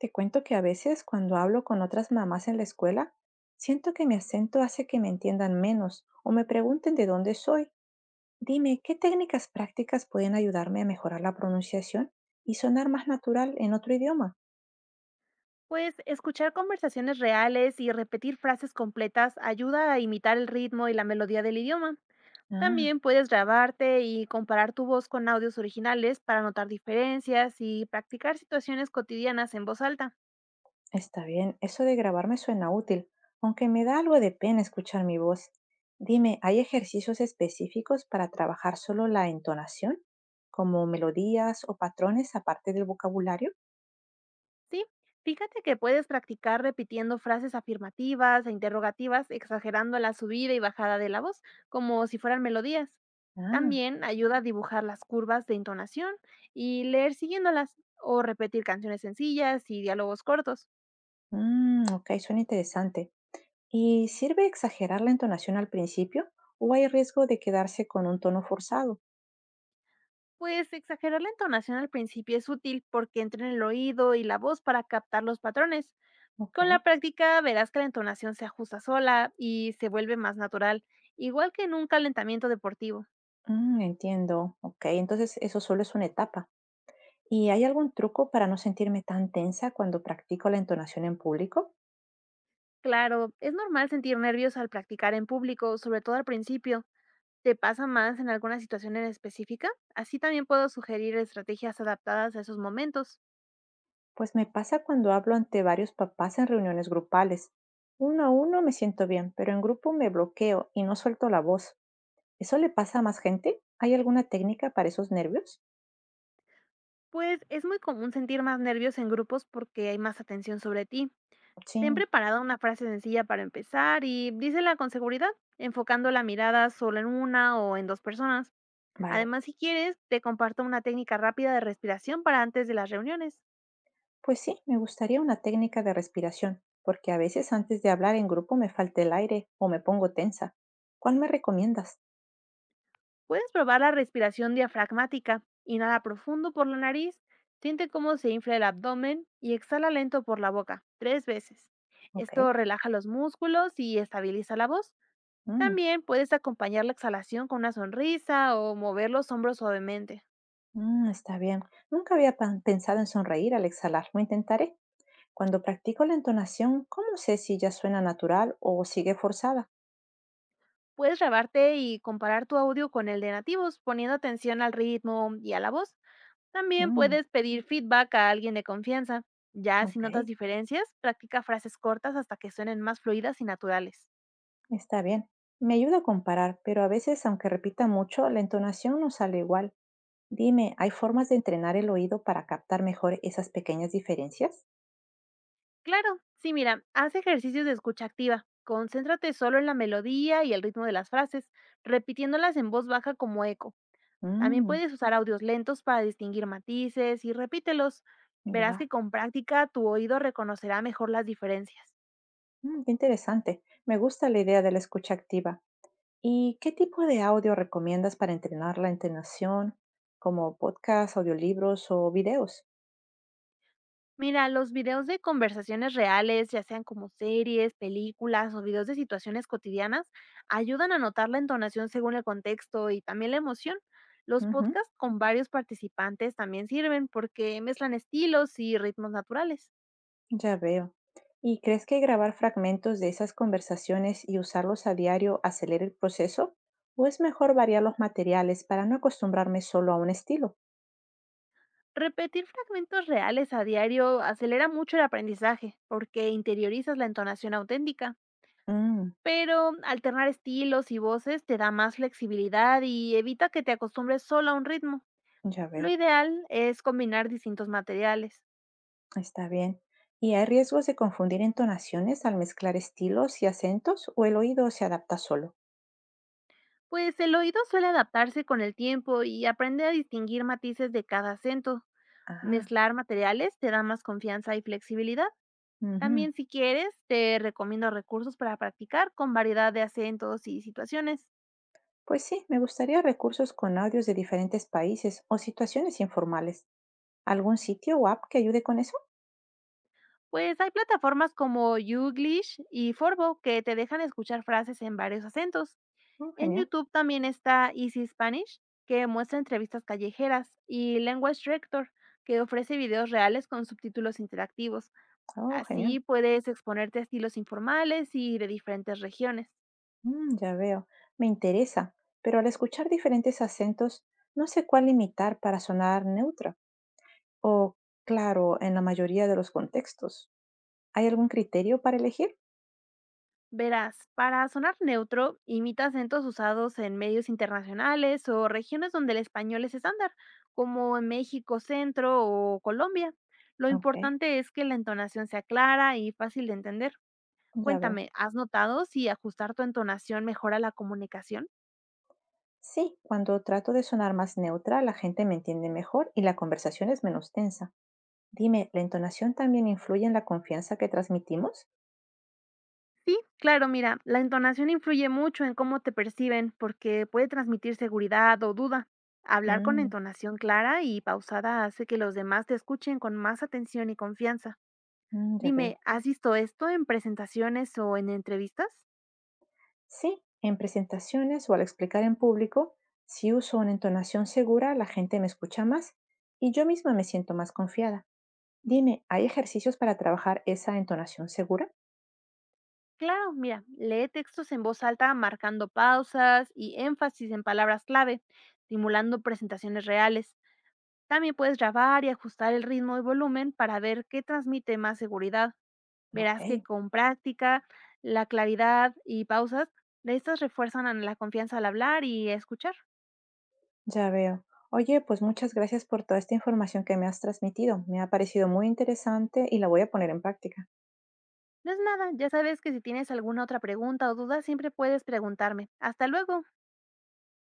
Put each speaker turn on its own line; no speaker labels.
Te cuento que a veces cuando hablo con otras mamás en la escuela, siento que mi acento hace que me entiendan menos o me pregunten de dónde soy. Dime, ¿qué técnicas prácticas pueden ayudarme a mejorar la pronunciación y sonar más natural en otro idioma?
Pues escuchar conversaciones reales y repetir frases completas ayuda a imitar el ritmo y la melodía del idioma.
Ah,
También puedes grabarte y comparar tu voz con audios originales para notar diferencias y practicar situaciones cotidianas en voz alta.
está bien, eso de grabarme suena útil, aunque me da algo de pena escuchar mi voz. Dime, ¿hay ejercicios específicos para trabajar solo la entonación, como melodías o patrones aparte del vocabulario?
Sí, fíjate que puedes practicar repitiendo frases afirmativas e interrogativas, exagerando la subida y bajada de la voz, como si fueran melodías.
Ah,
También ayuda a dibujar las curvas de entonación y leer siguiéndolas o repetir canciones sencillas y diálogos cortos.
mm, ok, suena interesante. ¿Y sirve exagerar la entonación al principio o hay riesgo de quedarse con un tono forzado?
Pues exagerar la entonación al principio es útil porque entra en el oído y la voz para captar los patrones.
Ok,
Con la práctica verás que la entonación se ajusta sola y se vuelve más natural, igual que en un calentamiento deportivo.
entiendo. Ok, entonces eso solo es una etapa. ¿Y hay algún truco para no sentirme tan tensa cuando practico la entonación en público?
Claro, es normal sentir nervios al practicar en público, sobre todo al principio. ¿Te pasa más en alguna situación en específica? Así también puedo sugerir estrategias adaptadas a esos momentos.
Pues me pasa cuando hablo ante varios papás en reuniones grupales. Uno a uno me siento bien, pero en grupo me bloqueo y no suelto la voz. ¿Eso le pasa a más gente? ¿Hay alguna técnica para esos nervios?
Pues es muy común sentir más nervios en grupos porque hay más atención sobre ti. Ten
Sí,
preparada una frase sencilla para empezar y dísela con seguridad, enfocando la mirada solo en una o en dos personas.
vale.
Además, si quieres, te comparto una técnica rápida de respiración para antes de las reuniones.
Pues sí, me gustaría una técnica de respiración, porque a veces antes de hablar en grupo me falta el aire o me pongo tensa. ¿Cuál me recomiendas?
Puedes probar la respiración diafragmática. Inhala profundo por la nariz, siente cómo se infla el abdomen y exhala lento por la boca, tres veces.
Ok.
Esto relaja los músculos y estabiliza la voz.
Mm,
También puedes acompañar la exhalación con una sonrisa o mover los hombros suavemente.
mm, está bien. Nunca había pensado en sonreír al exhalar. Lo intentaré. Cuando practico la entonación, ¿cómo sé si ya suena natural o sigue forzada?
Puedes grabarte y comparar tu audio con el de nativos, poniendo atención al ritmo y a la voz. También
Mm,
puedes pedir feedback a alguien de confianza. Ya si
ok,
notas diferencias, practica frases cortas hasta que suenen más fluidas y naturales.
está bien. Me ayuda a comparar, pero a veces, aunque repita mucho, la entonación no sale igual. Dime, ¿hay formas de entrenar el oído para captar mejor esas pequeñas diferencias?
Claro, sí, mira, haz ejercicios de escucha activa. Concéntrate solo en la melodía y el ritmo de las frases, repitiéndolas en voz baja como eco. También
Mm,
puedes usar audios lentos para distinguir matices y repítelos. Verás
ya.
que con práctica tu oído reconocerá mejor las diferencias.
Mm, qué interesante. Me gusta la idea de la escucha activa. ¿Y qué tipo de audio recomiendas para entrenar la entonación, como podcasts, audiolibros o videos?
Mira, los videos de conversaciones reales, ya sean como series, películas o videos de situaciones cotidianas, ayudan a notar la entonación según el contexto y también la emoción. Los
Ujú,
podcasts con varios participantes también sirven porque mezclan estilos y ritmos naturales.
ya veo. ¿Y crees que grabar fragmentos de esas conversaciones y usarlos a diario acelera el proceso? ¿O es mejor variar los materiales para no acostumbrarme solo a un estilo?
Repetir fragmentos reales a diario acelera mucho el aprendizaje porque interiorizas la entonación auténtica,
Mm,
pero alternar estilos y voces te da más flexibilidad y evita que te acostumbres solo a un ritmo.
ya
Lo
veo.
ideal es combinar distintos materiales,
Está bien. ¿Y hay riesgos de confundir entonaciones al mezclar estilos y acentos o el oído se adapta solo?
pues el oído suele adaptarse con el tiempo y aprende a distinguir matices de cada acento.
Ah,
Mezclar materiales te da más confianza y flexibilidad.
ujú.
También si quieres, te recomiendo recursos para practicar con variedad de acentos y situaciones.
Pues sí, me gustaría recursos con audios de diferentes países o situaciones informales. ¿Algún sitio o app que ayude con eso?
Pues hay plataformas como YouGlish y Forvo que te dejan escuchar frases en varios acentos.
Mm,
En
genial.
YouTube también está Easy Spanish, que muestra entrevistas callejeras, y Language Rector, que ofrece videos reales con subtítulos interactivos.
Oh, genial.
Así puedes exponerte a estilos informales y de diferentes regiones.
Mm, ya veo. Me interesa. Pero al escuchar diferentes acentos, no sé cuál imitar para sonar neutra o, claro, en la mayoría de los contextos. ¿Hay algún criterio para elegir?
Verás, para sonar neutro, imita acentos usados en medios internacionales o regiones donde el español es estándar, como en México Centro o Colombia. Lo
Ok,
importante es que la entonación sea clara y fácil de entender.
ya veo.
Cuéntame, ¿has notado si ajustar tu entonación mejora la comunicación?
Sí, cuando trato de sonar más neutra, la gente me entiende mejor y la conversación es menos tensa. Dime, ¿la entonación también influye en la confianza que transmitimos?
Sí, claro, mira, la entonación influye mucho en cómo te perciben porque puede transmitir seguridad o duda. Hablar con
Mm,
entonación clara y pausada hace que los demás te escuchen con más atención y confianza.
mm, ya
Dime,
veo.
¿has visto esto en presentaciones o en entrevistas?
Sí, en presentaciones o al explicar en público, si uso una entonación segura, la gente me escucha más y yo misma me siento más confiada. Dime, ¿hay ejercicios para trabajar esa entonación segura?
Claro, mira, lee textos en voz alta marcando pausas y énfasis en palabras clave, simulando presentaciones reales. También puedes grabar y ajustar el ritmo y volumen para ver qué transmite más seguridad.
Ok,
Verás que con práctica, la claridad y pausas, de estas refuerzan a la confianza al hablar y escuchar.
ya veo. Oye, pues muchas gracias por toda esta información que me has transmitido. Me ha parecido muy interesante y la voy a poner en práctica.
No es nada, ya sabes que si tienes alguna otra pregunta o duda, siempre puedes preguntarme. Hasta luego.